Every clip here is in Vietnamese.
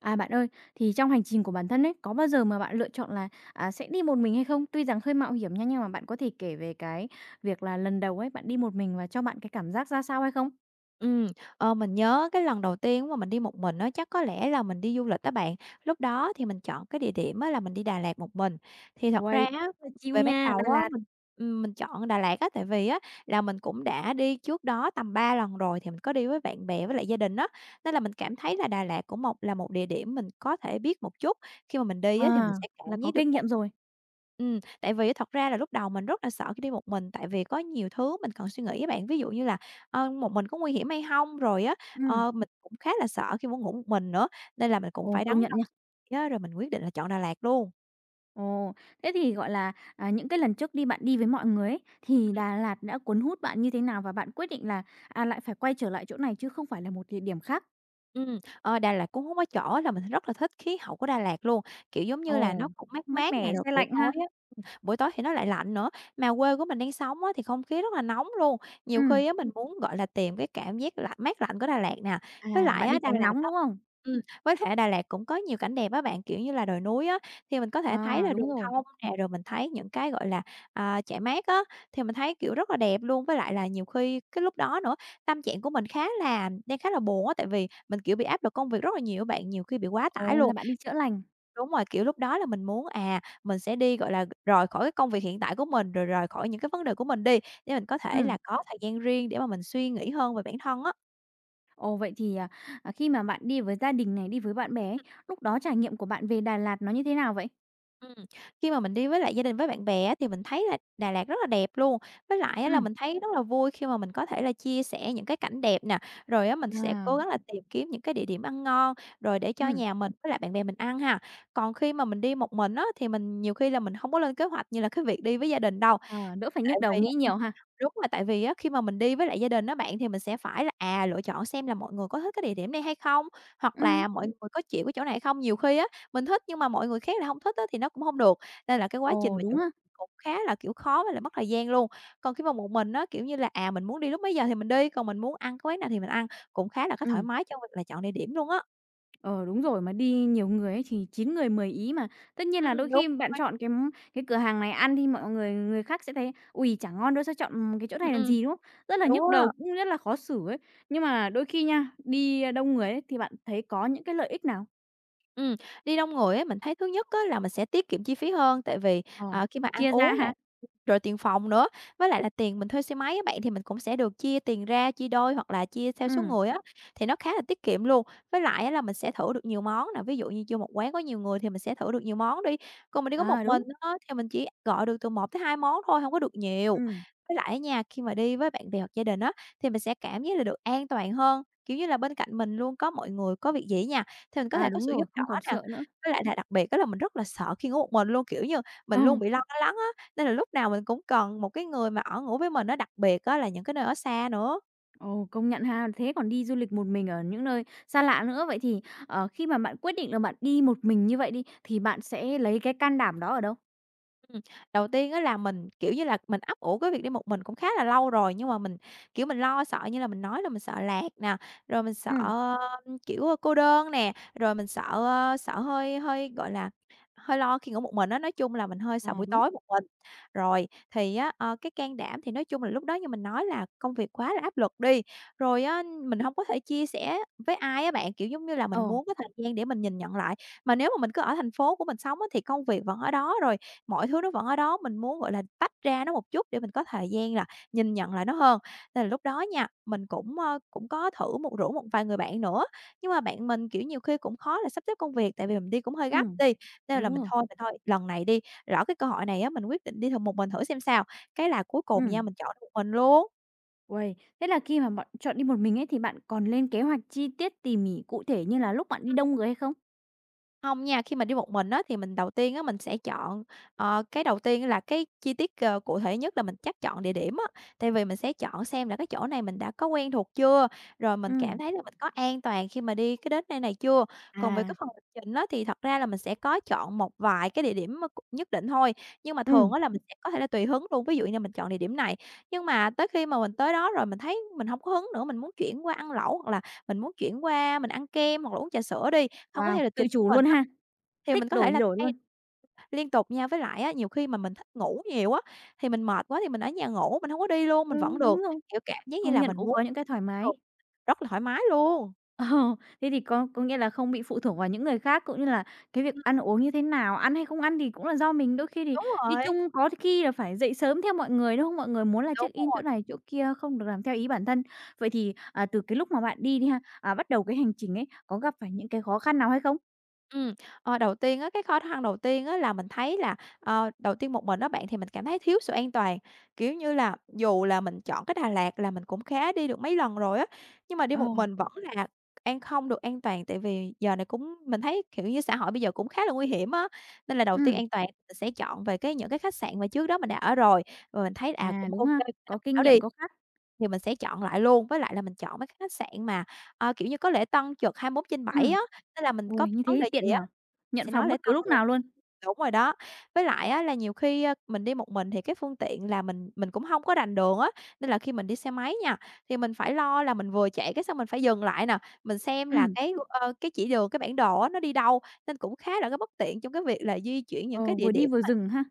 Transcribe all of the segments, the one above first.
À, bạn ơi, thì trong hành trình của bản thân ấy, có bao giờ mà bạn lựa chọn là, à, sẽ đi một mình hay không? Tuy rằng hơi mạo hiểm nha, nhưng mà bạn có thể kể về cái việc là lần đầu ấy, bạn đi một mình và cho bạn cái cảm giác ra sao hay không? Ừm, mình nhớ cái lần đầu tiên mà mình đi một mình á, chắc có lẽ là mình đi du lịch á bạn. Lúc đó thì mình chọn cái địa điểm á là mình đi Đà Lạt một mình. Thì thật Uầy, ra á, rất là chill về ban nha, đầu Đà á, Lạt mình chọn Đà Lạt á, tại vì á là mình cũng đã đi trước đó tầm 3 lần rồi, thì mình có đi với bạn bè với lại gia đình á, nên là mình cảm thấy là Đà Lạt cũng một là một địa điểm mình có thể biết một chút. Khi mà mình đi á thì mình à, sẽ là cảm có giác được. kinh nghiệm rồi. Tại vì thật ra là lúc đầu mình rất là sợ khi đi một mình, tại vì có nhiều thứ mình cần suy nghĩ á bạn. Ví dụ như là một mình có nguy hiểm hay không. Rồi á, Ừ, mình cũng khá là sợ khi muốn ngủ một mình nữa, nên là mình cũng ồ, phải đắn công nhận đo nha. suy nghĩ á, rồi mình quyết định là chọn Đà Lạt luôn. Ồ, thế thì, gọi là, à, những cái lần trước đi bạn đi với mọi người ấy, thì Đà Lạt đã cuốn hút bạn như thế nào và bạn quyết định là, à, lại phải quay trở lại chỗ này chứ không phải là một địa điểm khác? Ờ, Đà Lạt cũng có một chỗ là mình rất là thích khí hậu của Đà Lạt luôn, kiểu, giống như là Ồ, nó cũng mát mát mát mẻ, nè, rồi xe buổi lạnh tối ha? buổi tối thì nó lại lạnh nữa. Mà quê của mình đang sống á, thì không khí rất là nóng luôn, Ừ, nhiều khi á mình muốn, gọi là, tìm cái cảm giác lạnh mát lạnh của Đà Lạt nè. Với à, lại bạn đi á, Đà tránh Lạt nóng, á đúng không? ừm, với lại Đà Lạt cũng có nhiều cảnh đẹp á bạn, kiểu như là đồi núi á, thì mình có thể thấy À, là đúng đường rồi. thông nè, rồi mình thấy những cái, gọi là, à, trại mát á, thì mình thấy, kiểu, rất là đẹp luôn. Với lại là nhiều khi cái lúc đó nữa, tâm trạng của mình khá là buồn á, tại vì mình, kiểu, bị áp lực công việc rất là nhiều á bạn, nhiều khi bị quá tải Ồ, là luôn. bạn đi chữa lành. Đúng rồi, kiểu, lúc đó là mình muốn, à, mình sẽ đi, gọi là, rời khỏi cái công việc hiện tại của mình, rồi rời khỏi những cái vấn đề của mình đi, để mình có thể Ừm. là có thời gian riêng để mà mình suy nghĩ hơn về bản thân á. Ồ, vậy thì, à, à, khi mà bạn đi với gia đình này, đi với bạn bè ấy, lúc đó trải nghiệm của bạn về Đà Lạt nó như thế nào vậy? Ừm, Khi mà mình đi với lại gia đình, với bạn bè á, thì mình thấy là Đà Lạt rất là đẹp luôn, với lại á là Ừm, mình thấy rất là vui khi mà mình có thể là chia sẻ những cái cảnh đẹp nè, rồi á mình sẽ à, cố gắng là tìm kiếm những cái địa điểm ăn ngon, rồi để cho Ừm, nhà mình với lại bạn bè mình ăn ha. Còn khi mà mình đi một mình á, thì mình nhiều khi là mình không có lên kế hoạch như là cái việc đi với gia đình đâu. ờ. Đỡ phải Tại nhức đầu vì nghĩ á nhiều ha. đúng rồi, tại vì á khi mà mình đi với lại gia đình á bạn, thì mình sẽ phải là, à, lựa chọn xem là mọi người có thích cái địa điểm này hay không, hoặc Ừm. là mọi người có chịu cái chỗ này hay không. Nhiều khi á, mình thích nhưng mà mọi người khác là hông thích á thì nó cũng hông được, nên là cái quá trình Ồ, mà đúng chuẩn ha. cũng khá là, kiểu, khó với lại mất thời gian luôn. Còn khi mà một mình á, kiểu như là, à, mình muốn đi lúc mấy giờ thì mình đi, còn mình muốn ăn cái quán nào thì mình ăn, cũng khá là có thoải Ừm, mái trong việc là chọn địa điểm luôn á. ờ, đúng rồi, mà đi nhiều người ấy thì 9 người 10 ý mà. Tất nhiên là đôi Đúng khi bạn rồi. chọn cái cửa hàng này ăn thì mọi người người khác sẽ thấy "Ôi, chả ngon đâu, sao chọn cái chỗ này Ừm, làm ừm, gì", đúng không? Rất là đúng nhức á. đầu, cũng rất là khó xử ấy. Nhưng mà đôi khi nha, đi đông người ấy thì bạn thấy có những cái lợi ích nào? Ừm, Đi đông người á, mình thấy thứ nhất á là mình sẽ tiết kiệm chi phí hơn, tại vì, Ờ, khi mà ăn chia ra uống nè, hả? rồi tiền phòng nữa, với lại là tiền mình thuê xe máy á bạn, thì mình cũng sẽ được chia tiền ra, chia đôi hoặc là chia theo số Ừ, người á, thì nó khá là tiết kiệm luôn. Với lại á là mình sẽ thử được nhiều món nè, ví dụ như vô một quán có nhiều người thì mình sẽ thử được nhiều món đi, còn mình đi có một à, mình đúng. á, thì mình chỉ gọi được từ một tới 2 món thôi, không có được nhiều. Ừ, Với lại á nha, khi mà đi với bạn bè hoặc gia đình á, thì mình sẽ cảm giác là được an toàn hơn, kiểu như là, bên cạnh mình luôn có mọi người, có việc gì nha thì mình có à, thể có đúng sự rồi, giúp đỡ không còn nè. sợ nữa. Với lại là đặc biệt á là mình rất là sợ khi ngủ một mình luôn, kiểu như, mình luôn Ừ, bị lo lắng á, nên là lúc nào mình cũng cần một cái người mà ở ngủ với mình á, đặc biệt á là những cái nơi ở xa nữa. ồ, công nhận ha, thế còn đi du lịch một mình ở những nơi xa lạ nữa. Vậy thì, ờ, khi mà bạn quyết định là bạn đi một mình như vậy đi, thì bạn sẽ lấy cái can đảm đó ở đâu? Ừm, Đầu tiên á là mình, kiểu như là, mình ấp ủ cái việc đi một mình cũng khá là lâu rồi, nhưng mà mình, kiểu, mình lo sợ như là mình nói là mình sợ lạc nè, rồi mình Ừ, sợ, ưm, kiểu, ơ, cô đơn nè, rồi mình sợ, ơ, sợ hơi hơi, gọi là, hơi lo khi ngủ một mình á, nói chung là mình hơi sợ à, buổi đúng. tối một mình. Rồi, cái can đảm thì nói chung là lúc đó như mình nói là công việc quá là áp lực đi, rồi á, mình hông có thể chia sẻ với ai á bạn, kiểu, giống như là, mình Ồ, muốn có thời gian để mình nhìn nhận lại. Mà nếu mà mình cứ ở thành phố của mình sống á, thì công việc vẫn ở đó, rồi mọi thứ nó vẫn ở đó, mình muốn, gọi là, tách ra nó một chút để mình có thời gian là nhìn nhận lại nó hơn. Nên là lúc đó nha, mình cũng có thử rủ một vài người bạn nữa, nhưng mà bạn mình, kiểu, nhiều khi cũng khó là sắp xếp công việc, tại vì mình đi cũng hơi ừ, gấp đi, nên là đúng mình rồi. thôi mình thôi, lần này đi, lỡ cái cơ hội này á, mình quyết định đi thử một mình thử xem sao, cái là cuối Ừ, cùng nha, mình chọn một mình luôn. uầy, thế là khi mà bạn chọn đi một mình ấy, thì bạn còn lên kế hoạch chi tiết tỉ mỉ cụ thể như là lúc bạn đi đông người hay không? Không nha, khi mà đi một mình á, thì mình đầu tiên á, mình sẽ chọn ờ, cái đầu tiên là cái chi tiết, cụ thể nhất là mình chắc chọn địa điểm á. Tại vì mình sẽ chọn xem là cái chỗ này mình đã có quen thuộc chưa, rồi mình Ừ, cảm thấy là mình có an toàn khi mà đi cái đến nơi này chưa. Còn về à. cái phần lịch trình á, thì thật ra là mình sẽ có chọn một vài cái địa điểm, ơ, c nhất định thôi, nhưng mà Ừ, thường á là mình sẽ có thể là tùy hứng luôn. Ví dụ như mình chọn địa điểm này, nhưng mà tới khi mà mình tới đó rồi mình thấy mình không có hứng nữa, mình muốn chuyển qua ăn lẩu, hoặc là mình muốn chuyển qua mình ăn kem, hoặc là uống trà sữa đi. Hông có wow, theo lịch tự trình chủ của mình luôn á, ha, thì mình thích có thể đổi thì là đổi luôn. thay liên tục nha. Với lại á, nhiều khi mà mình thích ngủ nhiều á, thì mình mệt quá thì mình ở nhà ngủ, mình hông có đi luôn, mình Ừ, vẫn được, đúng rồi. kiểu, cảm giác như Công là nhận mình cũng có muốn những cái thoải mái. được rất là thoải mái luôn. Ờ, thế thì có nghĩa là không bị phụ thuộc vào những người khác, cũng như là cái việc Ừm, ăn uống như thế nào, ăn hay không ăn thì cũng là do mình, đôi khi thì đúng đi rồi, chung có khi là phải dậy sớm theo mọi người, đúng không? Mọi người muốn là đúng check in chỗ rồi. này chỗ kia, không được làm theo ý bản thân. Vậy thì, à, từ cái lúc mà bạn đi đi ha, à, bắt đầu cái hành trình ấy, có gặp phải những cái khó khăn nào hay không? Ừm, đầu tiên á, cái khó khăn đầu tiên á là mình thấy là, đầu tiên một mình á bạn, thì mình cảm thấy thiếu sự an toàn. Kiểu như là, dù là mình chọn cái Đà Lạt là mình cũng khá đi được mấy lần rồi á, nhưng mà đi Ờ, một mình vẫn là không được an toàn, tại vì giờ này cũng mình thấy, kiểu như, xã hội bây giờ cũng khá là nguy hiểm á. Nên là đầu tiên ừ, an toàn mình sẽ chọn về cái những cái khách sạn mà trước đó mình đã ở rồi, và mình thấy, à, à, cũng đúng ô ha, kê, có tham kinh khảo nghiệm, đi. có khác. Thì mình sẽ chọn lại luôn, với lại là mình chọn mấy cái khách sạn mà, kiểu như, có lễ tân trực 24 Ừ, bảy á, nên là mình có ôi, như thế vấn thì đề gì tiện á, nhở, nhận sẽ nói phòng lễ bất cứ tân lúc luôn. nào luôn. Đúng rồi đó. Với lại á là nhiều khi, mình đi một mình thì cái phương tiện là mình cũng không có rành đường á, nên là khi mình đi xe máy nha, thì mình phải lo là mình vừa chạy cái xong mình phải dừng lại nè, mình xem Ừ, là cái chỉ đường, cái bản đồ á nó đi đâu, nên cũng khá là cái bất tiện trong cái việc là di chuyển những ờ, cái địa vừa đi điểm vừa mà dừng ha.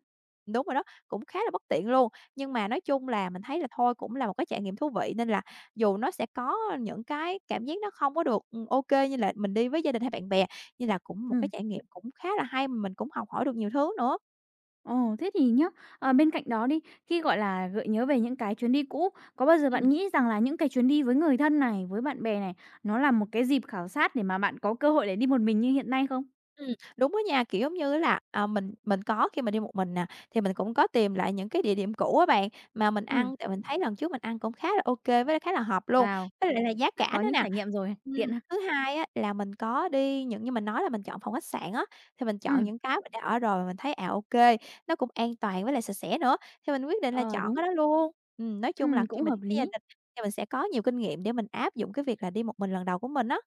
đúng rồi đó, cũng khá là bất tiện luôn. Nhưng mà nói chung là mình thấy là thôi cũng là một cái trải nghiệm thú vị nên là dù nó sẽ có những cái cảm giác nó không có được, ô như là mình đi với gia đình hay bạn bè, nên là cũng một cái Ừ. trải nghiệm cũng khá là hay, mà mình cũng học hỏi được nhiều thứ nữa. Ồ, thế thì nhá, ờ, bên cạnh đó đi, khi, gọi là, gợi nhớ về những cái chuyến đi cũ, có bao giờ bạn Ừm. nghĩ rằng là những cái chuyến đi với người thân này, với bạn bè này, nó là một cái dịp khảo sát để mà bạn có cơ hội để đi một mình như hiện nay không? Ừm, đúng đó nha, kiểu, giống như á là, mình có khi mình đi một mình nè, thì mình cũng có tìm lại những cái địa điểm cũ á bạn, mà mình Ừ, ăn tại mình thấy lần trước mình ăn cũng khá là ô kê, với lại khá là hợp luôn, wow, với lại là giá đã cả có nữa những nè. trải nghiệm rồi, tiện ha. Thứ hai á là mình có đi những như mình nói là mình chọn phòng khách sạn á, thì mình chọn Ừm, những cái mình đã ở rồi mà mình thấy, ô kê, nó cũng an toàn với lại sạch sẽ nữa, thì mình quyết định là ờ, chọn đúng, cái đó luôn. Nói ừ, chung là khi cũng mình đi hợp với gia lý. đình thì mình sẽ có nhiều kinh nghiệm để mình áp dụng cái việc là đi một mình lần đầu của mình á.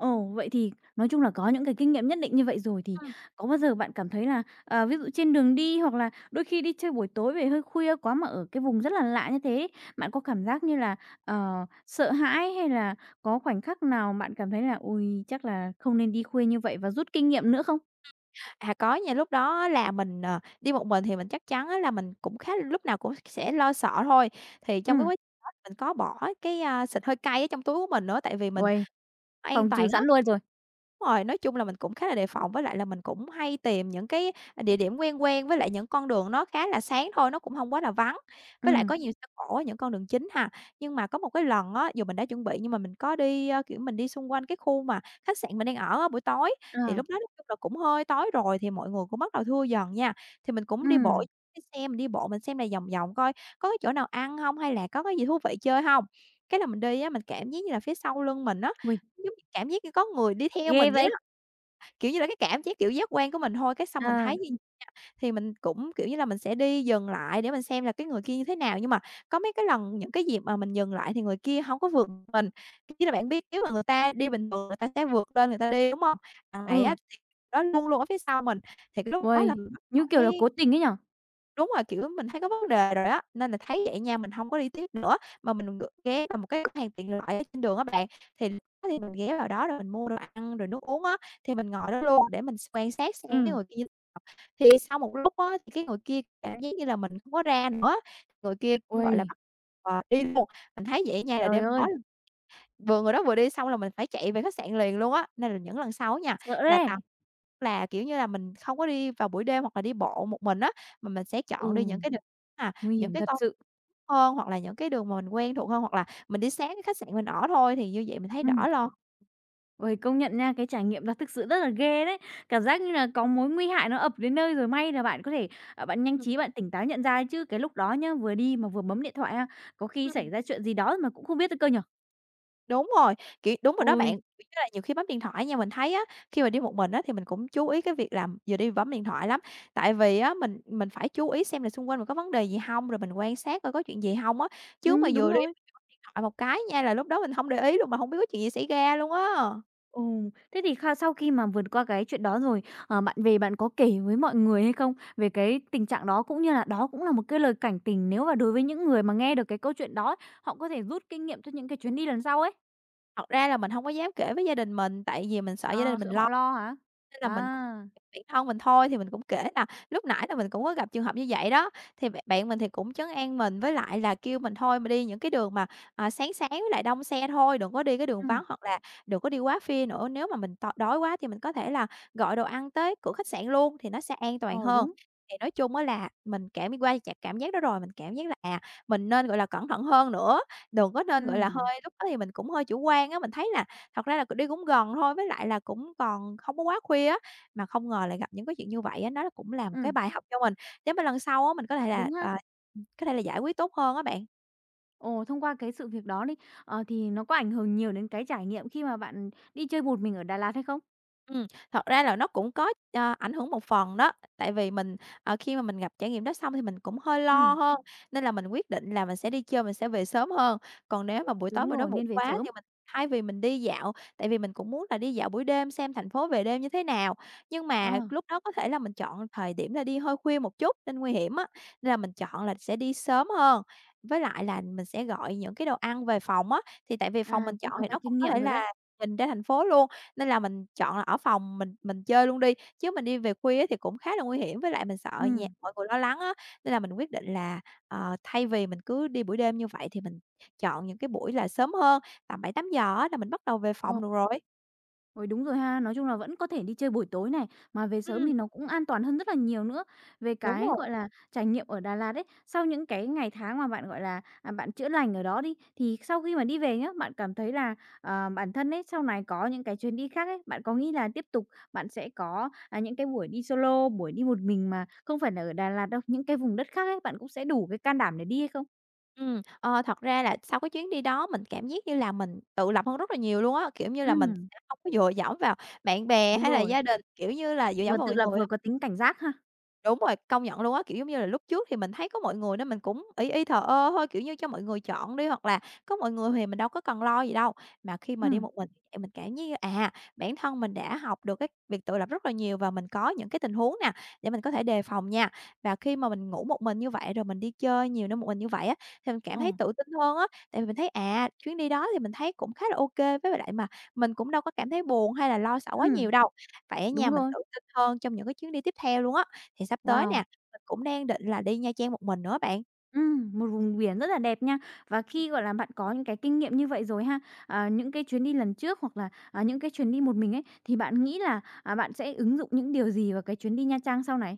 Ồ, vậy thì nói chung là có những cái kinh nghiệm nhất định như vậy rồi, thì Ừm. có bao giờ bạn cảm thấy là, ờ, ví dụ trên đường đi hoặc là đôi khi đi chơi buổi tối về hơi khuya quá mà ở cái vùng rất là lạ như thế bạn có cảm giác như là, ờ, sợ hãi hay là có khoảnh khắc nào bạn cảm thấy là ui chắc là không nên đi khuya như vậy" và rút kinh nghiệm nữa không? À, có nha, lúc đó á là mình, đi một mình thì mình chắc chắn á là mình cũng khá lúc nào cũng sẽ lo sợ thôi. Thì Ừ, trong cái quá trình đó mình có bỏ cái, xịt hơi cay ở trong túi của mình nữa, tại vì mình uầy, an phòng trừ toàn sẵn á. luôn rồi. Đúng rồi, nói chung là mình cũng khá là đề phòng, với lại là mình cũng hay tìm những cái, địa điểm quen quen, với lại những con đường nó khá là sáng thôi, nó cũng không quá là vắng, với lại Ừ, có nhiều xe cộ ở những con đường chính ha. Nhưng mà có một cái lần á, dù mình đã chuẩn bị nhưng mà mình có đi, kiểu, mình đi xung quanh cái khu mà khách sạn mình đang ở á, buổi tối, ờ, thì lúc đó nói chung là cũng hơi tối rồi thì mọi người cũng bắt đầu thưa dần nha. Thì mình cũng đi bộ ừm. trên xe, mình đi bộ mình xem lại vòng vòng coi có cái chỗ nào ăn không hay là có cái gì thú vị chơi không. Cái là mình đi á, mình cảm giác như là phía sau lưng mình á, Uầy, giống như cảm giác như có người đi theo ghê mình vậy đó, vậy! kiểu như là, cái cảm giác, kiểu, giác quan của mình thôi, cái xong mình Ờ, thấy như thì mình cũng, kiểu như là, mình sẽ đi dừng lại để mình xem là cái người kia như thế nào, nhưng mà có mấy cái lần những cái dịp mà mình dừng lại thì người kia hông có vượt mình. Kiểu như là, bạn biết nếu mà người ta đi bình thường người ta sẽ vượt lên người ta đi, đúng hông? Đằng này á ừ, thì nó luôn luôn ở phía sau mình, thì cái lúc đó là uầy, mình bắt đầu như kiểu là thấy cố tình ấy nhở? đúng rồi, kiểu, mình thấy có vấn đề rồi á, nên là thấy vậy nha, mình hông có đi tiếp nữa. Mà mình ghé vào một cái cửa hàng tiện lợi ở trên đường á bạn, thì lúc đó thì mình ghé vào đó rồi mình mua đồ ăn rồi nước uống á, thì mình ngồi đó luôn để mình quan sát xem Ừ, cái người kia thì sau một lúc á, thì cái người kia cảm giác như là mình không có ra nữa, người kia cũng, gọi uầy, là, bắt đi luôn. Mình thấy vậy nha là trời đêm đó ơi, vừa người đó vừa đi xong là mình phải chạy về khách sạn liền luôn á, nên là những lần sau á nha, sợ là đấy! tầm là, kiểu như là, mình không có đi vào buổi đêm hoặc là đi bộ một mình á, mà mình sẽ Ừ. chọn đi những cái đường Nguy những hiểm cái thật con sự. hơn hoặc là những cái đường mà mình quen thuộc hơn, hoặc là mình đi sáng cái khách sạn mình ở thôi, thì như vậy mình thấy Ừ, đỡ lo. uầy, công nhận nha, cái trải nghiệm đó thực sự rất là ghê đấy. Cảm giác như là có mối nguy hại nó ập đến nơi rồi, may là bạn có thể, à, bạn nhanh Ừm, trí bạn tỉnh táo nhận ra ấy, chứ cái lúc đó nhá, vừa đi mà vừa bấm điện thoại ha, có khi ừm. xảy ra chuyện gì đó mà cũng không biết nữa cơ nhở? Đúng rồi, kiểu, đúng rồi đó bạn, Ôi. kiểu như là, nhiều khi bấm điện thoại nha, mình thấy á, khi mà đi một mình á thì mình cũng chú ý cái việc là vừa đi vừa bấm điện thoại lắm. Tại vì á mình phải chú ý xem là xung quanh mình có vấn đề gì không, rồi mình quan sát coi có chuyện gì không á, chứ mà Đúng vừa đi rồi. vừa bấm điện thoại một cái nha là lúc đó mình không để ý luôn, mà không biết có chuyện gì xảy ra luôn á. Ừ, thế thì sau khi mà vượt qua cái chuyện đó rồi, ờ, bạn về bạn có kể với mọi người hay không? Về cái tình trạng đó cũng như là đó cũng là một cái lời cảnh tỉnh nếu mà đối với những người mà nghe được cái câu chuyện đó, ấy, họ có thể rút kinh nghiệm cho những cái chuyến đi lần sau ấy. Thật ra là mình không có dám kể với gia đình mình, tại vì mình sợ gia À, đình mình sự họ lo. lo hả? Nên là mình cũng À, bản thân mình thôi, thì mình cũng kể là lúc nãy là mình cũng có gặp trường hợp như vậy đó, thì bạn bạn mình thì cũng trấn an mình, với lại là kêu mình thôi mà đi những cái đường mà, sáng sáng với lại đông xe thôi, đừng có đi cái đường ừm, vắng hoặc là đừng có đi quá khuya nữa. Nếu mà mình đói quá thì mình có thể là gọi đồ ăn tới cửa khách sạn luôn thì nó sẽ an toàn ờ, hơn. đúng, Thì nói chung á là mình cảm qua chặt cảm giác đó rồi, mình cảm giác là, mình nên, gọi là, cẩn thận hơn nữa, đừng có nên, gọi là, ừm, hơi lúc đó thì mình cũng hơi chủ quan á, mình thấy là thật ra là đi cũng gần thôi, với lại là cũng còn không có quá khuya á, mà không ngờ lại gặp những cái chuyện như vậy á, nó cũng là một cái ừm, bài học cho mình, để mà lần sau á mình có thể là, đúng ha. Có thể là giải quyết tốt hơn á bạn. Ồ, thông qua cái sự việc đó đi, ờ, thì nó có ảnh hưởng nhiều đến cái trải nghiệm khi mà bạn đi chơi một mình ở Đà Lạt hay không? Ừm, thật ra là nó cũng có, ảnh hưởng một phần đó, tại vì mình, khi mà mình gặp trải nghiệm đó xong thì mình cũng hơi lo Ừm, hơn, nên là mình quyết định là mình sẽ đi chơi, mình sẽ về sớm hơn. Còn nếu mà buổi tối đúng mà nó rồi, bụi nên về quá sớm. thì mình thay vì mình đi dạo, tại vì mình cũng muốn là đi dạo buổi đêm xem thành phố về đêm như thế nào, nhưng mà Ờ, lúc đó có thể là mình chọn thời điểm là đi hơi khuya một chút nên nguy hiểm á, nên là mình chọn là sẽ đi sớm hơn. Với lại là mình sẽ gọi những cái đồ ăn về phòng á, thì tại vì phòng à, mình cũng chọn có thì cái nó cũng kinh có nghiệm thể rồi đấy. là nhìn ra thành phố luôn, nên là mình chọn là ở phòng mình chơi luôn đi, chứ mình đi về khuya á thì cũng khá là nguy hiểm, với lại mình sợ nhà Ừm, mọi người lo lắng á, nên là mình quyết định là, thay vì mình cứ đi buổi đêm như vậy thì mình chọn những cái buổi là sớm hơn, tầm 7:00-8:00 á là mình bắt đầu về ờ. phòng được rồi. Ôi, đúng rồi ha. Nói chung là vẫn có thể đi chơi buổi tối này, mà về sớm Ừm, thì nó cũng an toàn hơn rất là nhiều nữa. Về đúng cái, rồi. gọi là, trải nghiệm ở Đà Lạt ấy, sau những cái ngày tháng mà bạn, gọi là, à, bạn chữa lành ở đó đi, thì sau khi mà đi về nhá, bạn cảm thấy là, ờ, bản thân ấy, sau này có những cái chuyến đi khác ấy, bạn có nghĩ là tiếp tục bạn sẽ có, à, những cái buổi đi solo, buổi đi một mình mà không phải là ở Đà Lạt đâu, những cái vùng đất khác ấy, bạn cũng sẽ đủ cái can đảm để đi hay không? Ờ, thật ra là sau cái chuyến đi đó mình cảm giác như là mình tự lập hơn rất là nhiều luôn á, kiểu như là, mình Ừm, sẽ hông có dựa dẫm vào bạn bè đúng hay là rồi, gia đình, kiểu như là, dựa vừa dẫm vào tự mọi lập người vừa á. có tính cảnh giác ha. Đúng rồi, công nhận luôn á, kiểu, giống như là, lúc trước thì mình thấy có mọi người nên mình cũng ý ý thờ ơ thôi, kiểu như, cho mọi người chọn đi, hoặc là có mọi người thì mình đâu có cần lo gì đâu. Mà khi mà đi Ừm, một mình thì mình cảm giác như, bản thân mình đã học được cái việc tự lập rất là nhiều và mình có những cái tình huống nè, để mình có thể đề phòng nha. Và khi mà mình ngủ một mình như vậy, rồi mình đi chơi nhiều nơi một mình như vậy á, thì mình cảm ờ, thấy tự tin hơn á. Tại vì mình thấy, chuyến đi đó thì mình thấy cũng khá là ok với lại mà mình cũng đâu có cảm thấy buồn hay là lo sợ quá ừm, nhiều đâu. Vậy á nha, đúng mình rồi. tự tin hơn trong những cái chuyến đi tiếp theo luôn á. Thì sắp tới nè, Wow! mình cũng đang định là đi Nha Trang một mình nữa bạn. Một vùng biển rất là đẹp nha. Và khi, gọi là, bạn có những cái kinh nghiệm như vậy rồi ha, à, những cái chuyến đi lần trước hoặc là, à, những cái chuyến đi một mình ấy, thì bạn nghĩ là, à, bạn sẽ ứng dụng những điều gì vào cái chuyến đi Nha Trang sau này?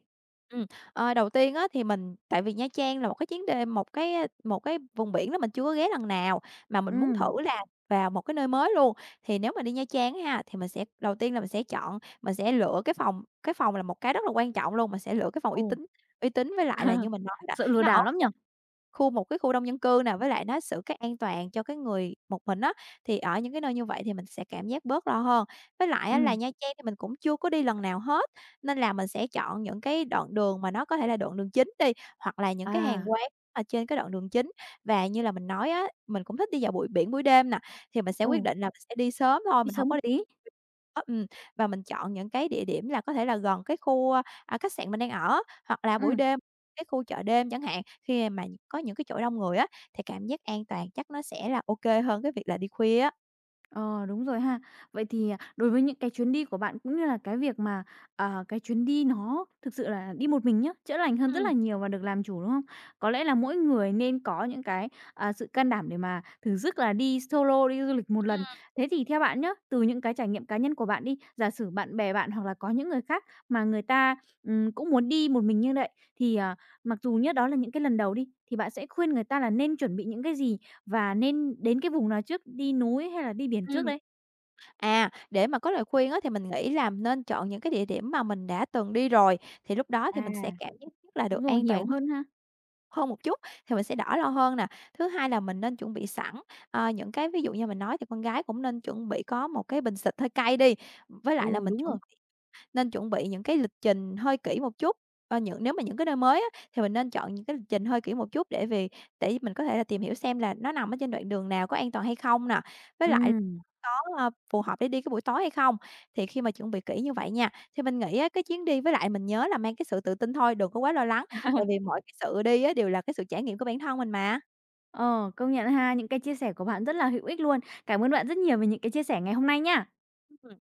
Ừm, đầu tiên á thì mình tại vì Nha Trang là một cái chuyến đê một cái vùng biển đó mình chưa có ghé lần nào, mà mình muốn Ừm, thử là vào một cái nơi mới luôn. Thì nếu mà đi Nha Trang ha, thì mình sẽ đầu tiên là mình sẽ chọn mình sẽ lựa cái phòng là một cái rất là quan trọng luôn, mình sẽ lựa cái phòng ồ, uy tín với lại là như mình nói đó, sợ lừa nó ở đảo lắm nhỉ? khu một cái khu đông dân cư nè, với lại nó giữ cái an toàn cho cái người một mình á, thì ở những cái nơi như vậy thì mình sẽ cảm giác bớt lo hơn. Với lại á là Ừm, Nha Trang thì mình cũng chưa có đi lần nào hết, nên là mình sẽ chọn những cái đoạn đường mà nó có thể là đoạn đường chính đi, hoặc là những cái hàng à, quán ở trên cái đoạn đường chính. Và như là mình nói á, mình cũng thích đi vào buổi biển, buổi đêm nè, thì mình sẽ quyết ừ, định là mình sẽ đi sớm thôi, đi mình sớm không một có đi tí. đó, và mình chọn những cái địa điểm là có thể là gần cái khu, khách sạn mình đang ở, hoặc là buổi Ừm. đêm cái khu chợ đêm chẳng hạn, khi mà có những cái chỗ đông người á, thì cảm giác an toàn chắc nó sẽ là ok hơn cái việc là đi khuya á. Ờ, đúng rồi ha. Vậy thì, à, đối với những cái chuyến đi của bạn cũng như là cái việc mà, ờ, cái chuyến đi nó thực sự là đi một mình nhá, chữa lành hơn rất là Ừm, nhiều và được làm chủ, đúng không? Có lẽ là mỗi người nên có những cái, à, sự can đảm để mà thử sức là đi solo, đi du lịch một lần. ừm, Thế thì theo bạn nhá, từ những cái trải nghiệm cá nhân của bạn đi, giả sử bạn bè bạn hoặc là có những người khác mà người ta, cũng muốn đi một mình như vậy, thì, à, mặc dù nhá, đó là những cái lần đầu đi, thì bạn sẽ khuyên người ta là nên chuẩn bị những cái gì? Và nên đến cái vùng nào trước, đi núi hay là đi biển trước ừm. đây? À, để mà có lời khuyên á, thì mình nghĩ là nên chọn những cái địa điểm mà mình đã từng đi rồi, thì lúc đó thì mình sẽ À, cảm giác nhất là đúng được rồi, an toàn hiểu hơn hơn ha. hơn một chút, thì mình sẽ đỡ lo hơn nè. Thứ hai là mình nên chuẩn bị sẵn, những cái ví dụ như mình nói thì con gái cũng nên chuẩn bị có một cái bình xịt hơi cay đi, với lại là Ừ, mình đúng chuẩn rồi. nên chuẩn bị những cái lịch trình hơi kỹ một chút, những nếu mà những cái nơi mới á, thì mình nên chọn những cái lịch trình hơi kỹ một chút để vì để mình có thể là tìm hiểu xem là nó nằm ở trên đoạn đường nào, có an toàn hay không nè, với lại Ừm. có, phù hợp để đi cái buổi tối hay không. Thì khi mà chuẩn bị kỹ như vậy nha, thì mình nghĩ á cái chuyến đi với lại mình nhớ là mang cái sự tự tin thôi, đừng có quá lo lắng, tại vì mọi cái sự đi á đều là cái sự trải nghiệm của bản thân mình mà. Ờ, công nhận ha, những cái chia sẻ của bạn rất là hữu ích luôn. Cảm ơn bạn rất nhiều về những cái chia sẻ ngày hôm nay nha. Ừm.